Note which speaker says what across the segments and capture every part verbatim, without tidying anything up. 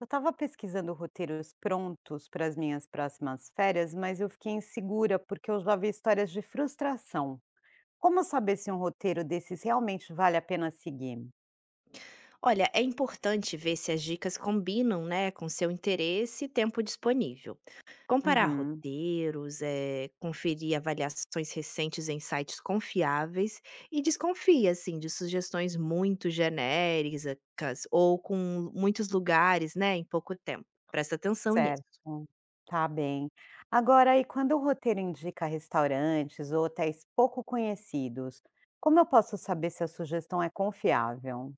Speaker 1: Eu estava pesquisando roteiros prontos para as minhas próximas férias, mas eu fiquei insegura porque eu já vi histórias de frustração. Como saber se um roteiro desses realmente vale a pena seguir?
Speaker 2: Olha, é importante ver se as dicas combinam, né, com seu interesse e tempo disponível. Comparar
Speaker 1: Uhum,
Speaker 2: roteiros, eh, conferir avaliações recentes em sites confiáveis e desconfia, assim, de sugestões muito genéricas ou com muitos lugares, né, em pouco tempo. Presta atenção nisso.
Speaker 1: certo. Tá bem. Agora, e quando o roteiro indica restaurantes ou hotéis pouco conhecidos, como eu posso saber se a sugestão é confiável?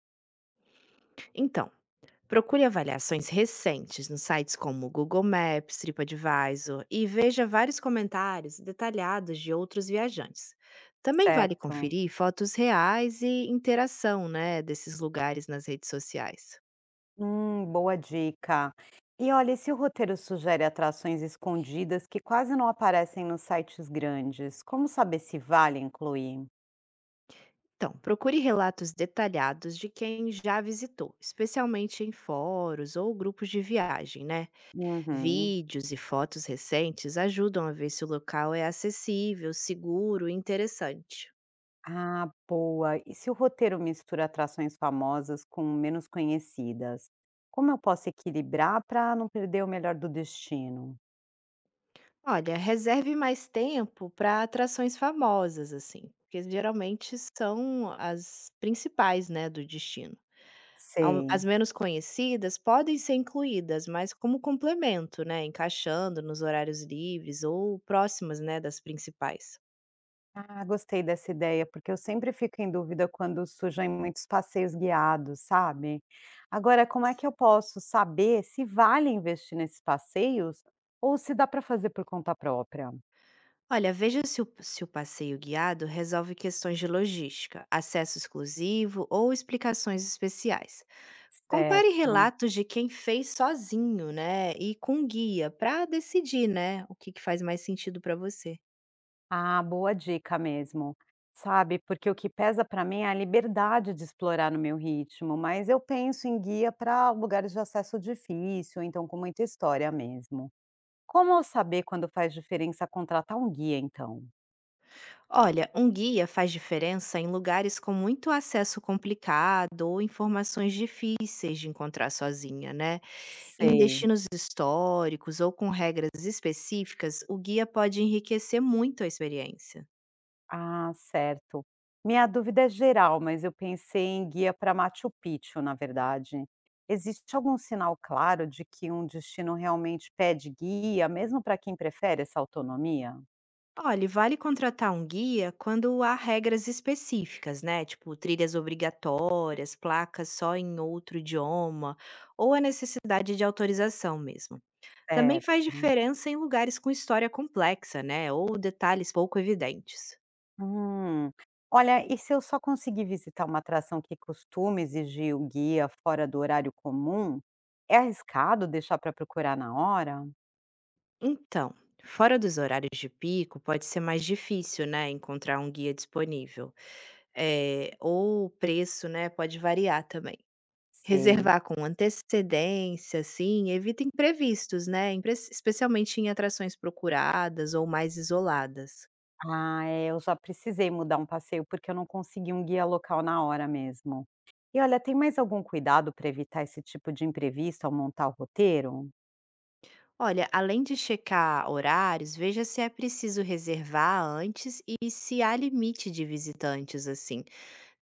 Speaker 2: Então, procure avaliações recentes nos sites como Google Maps, TripAdvisor e veja vários comentários detalhados de outros viajantes. Também vale
Speaker 1: Certo.
Speaker 2: conferir fotos reais e interação, né, desses lugares nas redes sociais.
Speaker 1: Hum, boa dica. E olha, e se o roteiro sugere atrações escondidas que quase não aparecem nos sites grandes, como saber se vale incluir?
Speaker 2: Então, procure relatos detalhados de quem já visitou, especialmente em fóruns ou grupos de viagem, né?
Speaker 1: Uhum.
Speaker 2: Vídeos e fotos recentes ajudam a ver se o local é acessível, seguro e interessante.
Speaker 1: Ah, boa. E se o roteiro mistura atrações famosas com menos conhecidas, como eu posso equilibrar para não perder o melhor do destino?
Speaker 2: Olha, reserve mais tempo para atrações famosas, assim, porque geralmente são as principais, né, do destino. Ao-
Speaker 1: Sei.
Speaker 2: As menos conhecidas podem ser incluídas, mas como complemento, né, encaixando nos horários livres ou próximas, né, das principais.
Speaker 1: Ah, gostei dessa ideia, porque eu sempre fico em dúvida quando surgem muitos passeios guiados, sabe? Agora, como é que eu posso saber se vale investir nesses passeios ou se dá para fazer por conta própria?
Speaker 2: Olha, veja se o, se o passeio guiado resolve questões de logística, acesso exclusivo ou explicações especiais. Compare
Speaker 1: Certo.
Speaker 2: relatos de quem fez sozinho, né, e com um guia para decidir, né, o que que faz mais sentido para você.
Speaker 1: Ah, boa dica mesmo. Sabe, porque o que pesa para mim é a liberdade de explorar no meu ritmo, mas eu penso em guia para lugares de acesso difícil, então com muita história mesmo. Como eu saber quando faz diferença contratar um guia, então?
Speaker 2: Olha, um guia faz diferença em lugares com muito acesso complicado ou informações difíceis de encontrar sozinha, né? Em
Speaker 1: Sei.
Speaker 2: destinos históricos ou com regras específicas, o guia pode enriquecer muito a experiência.
Speaker 1: Ah, certo. Minha dúvida é geral, mas eu pensei em guia para Machu Picchu, na verdade. Existe algum sinal claro de que um destino realmente pede guia, mesmo para quem prefere essa autonomia?
Speaker 2: Olhe, vale contratar um guia quando há regras específicas, né? Tipo, trilhas obrigatórias, placas só em outro idioma, ou a necessidade de autorização mesmo. Também faz
Speaker 1: Certo.
Speaker 2: diferença em lugares com história complexa, né? Ou detalhes pouco evidentes.
Speaker 1: Hum. Olha, e se eu só conseguir visitar uma atração que costuma exigir o guia fora do horário comum, é arriscado deixar para procurar na hora?
Speaker 2: Então, fora dos horários de pico, pode ser mais difícil, né? Encontrar um guia disponível. É, ou o preço, né? Pode variar também.
Speaker 1: Sei.
Speaker 2: Reservar com antecedência, assim, evita imprevistos, né, imprec especialmente em atrações procuradas ou mais isoladas.
Speaker 1: Ah, é, eu já precisei mudar um passeio, porque eu não consegui um guia local na hora mesmo. E olha, tem mais algum cuidado para evitar esse tipo de imprevisto ao montar o roteiro?
Speaker 2: Olha, além de checar horários, veja se é preciso reservar antes e se há limite de visitantes, assim.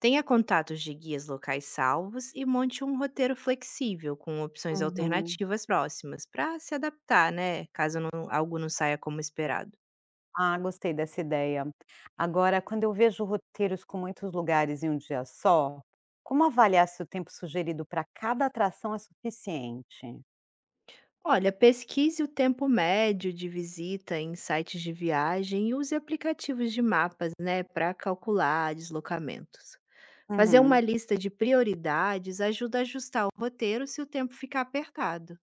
Speaker 2: Tenha contatos de guias locais salvos e monte um roteiro flexível com opções
Speaker 1: Uhum.
Speaker 2: alternativas próximas, para se adaptar, né, caso não algo não saia como esperado.
Speaker 1: Ah, gostei dessa ideia. Agora, quando eu vejo roteiros com muitos lugares em um dia só, como avaliar se o tempo sugerido para cada atração é suficiente?
Speaker 2: Olha, pesquise o tempo médio de visita em sites de viagem e use aplicativos de mapas, né, para calcular deslocamentos. Fazer uma
Speaker 1: Uhum.
Speaker 2: lista de prioridades ajuda a ajustar o roteiro se o tempo ficar apertado.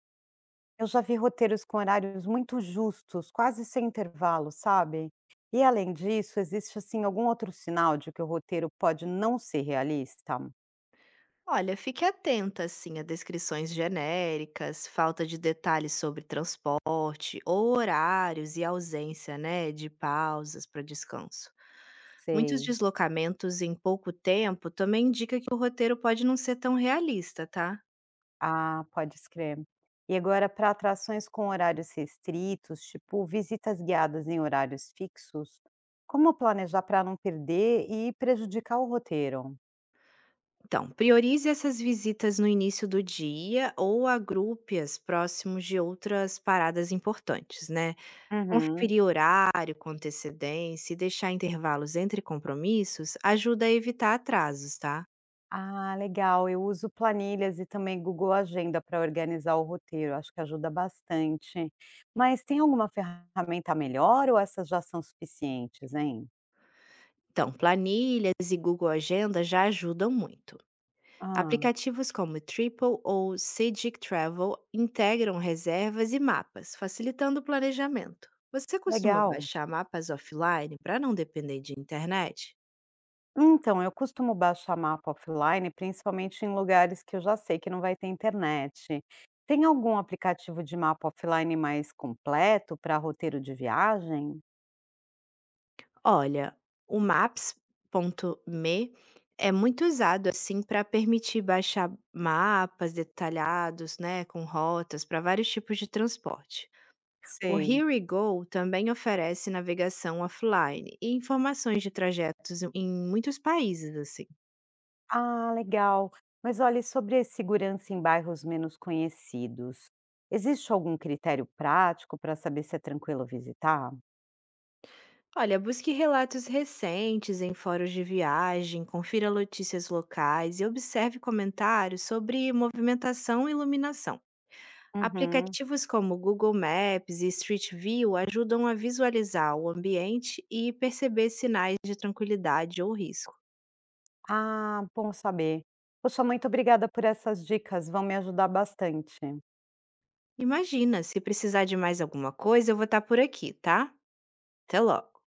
Speaker 1: Eu já vi roteiros com horários muito justos, quase sem intervalo, sabe? E além disso, existe assim algum outro sinal de que o roteiro pode não ser realista?
Speaker 2: Olha, fique atenta assim a descrições genéricas, falta de detalhes sobre transporte, horários e ausência, né, de pausas para descanso. Muitos
Speaker 1: Sei.
Speaker 2: deslocamentos em pouco tempo também indica que o roteiro pode não ser tão realista, tá?
Speaker 1: Ah, pode escrever. E agora, para atrações com horários restritos, tipo visitas guiadas em horários fixos, como planejar para não perder e prejudicar o roteiro?
Speaker 2: Então, priorize essas visitas no início do dia ou agrupe-as próximos de outras paradas importantes, né?
Speaker 1: Uhum.
Speaker 2: Conferir horário com antecedência e deixar intervalos entre compromissos ajuda a evitar atrasos, tá?
Speaker 1: Ah, legal. Eu uso planilhas e também Google Agenda para organizar o roteiro, acho que ajuda bastante. Mas tem alguma ferramenta melhor ou essas já são suficientes, hein?
Speaker 2: Então, planilhas e Google Agenda já ajudam muito.
Speaker 1: Ah,
Speaker 2: Aplicativos como Triple ou Cedic Travel integram reservas e mapas, facilitando o planejamento. Você costuma
Speaker 1: legal.
Speaker 2: baixar mapas offline para não depender de internet?
Speaker 1: Então, eu costumo baixar mapa offline, principalmente em lugares que eu já sei que não vai ter internet. Tem algum aplicativo de mapa offline mais completo para roteiro de viagem?
Speaker 2: Olha, o maps ponto me é muito usado assim para permitir baixar mapas detalhados, né, com rotas para vários tipos de transporte. O
Speaker 1: Sei.
Speaker 2: Here We Go também oferece navegação offline e informações de trajetos em em muitos países assim.
Speaker 1: Ah, legal. Mas olhe, sobre a segurança em bairros menos conhecidos, existe algum critério prático para saber se é tranquilo visitar?
Speaker 2: Olha, busque relatos recentes em fóruns de viagem, confira notícias locais e observe comentários sobre movimentação e iluminação.
Speaker 1: Uhum.
Speaker 2: Aplicativos como Google Maps e Street View ajudam a visualizar o ambiente e perceber sinais de tranquilidade ou risco.
Speaker 1: Ah, bom saber. Poxa, muito obrigada por essas dicas, vão me ajudar bastante.
Speaker 2: Imagina, se precisar de mais alguma coisa, eu vou estar por aqui, tá? Até logo!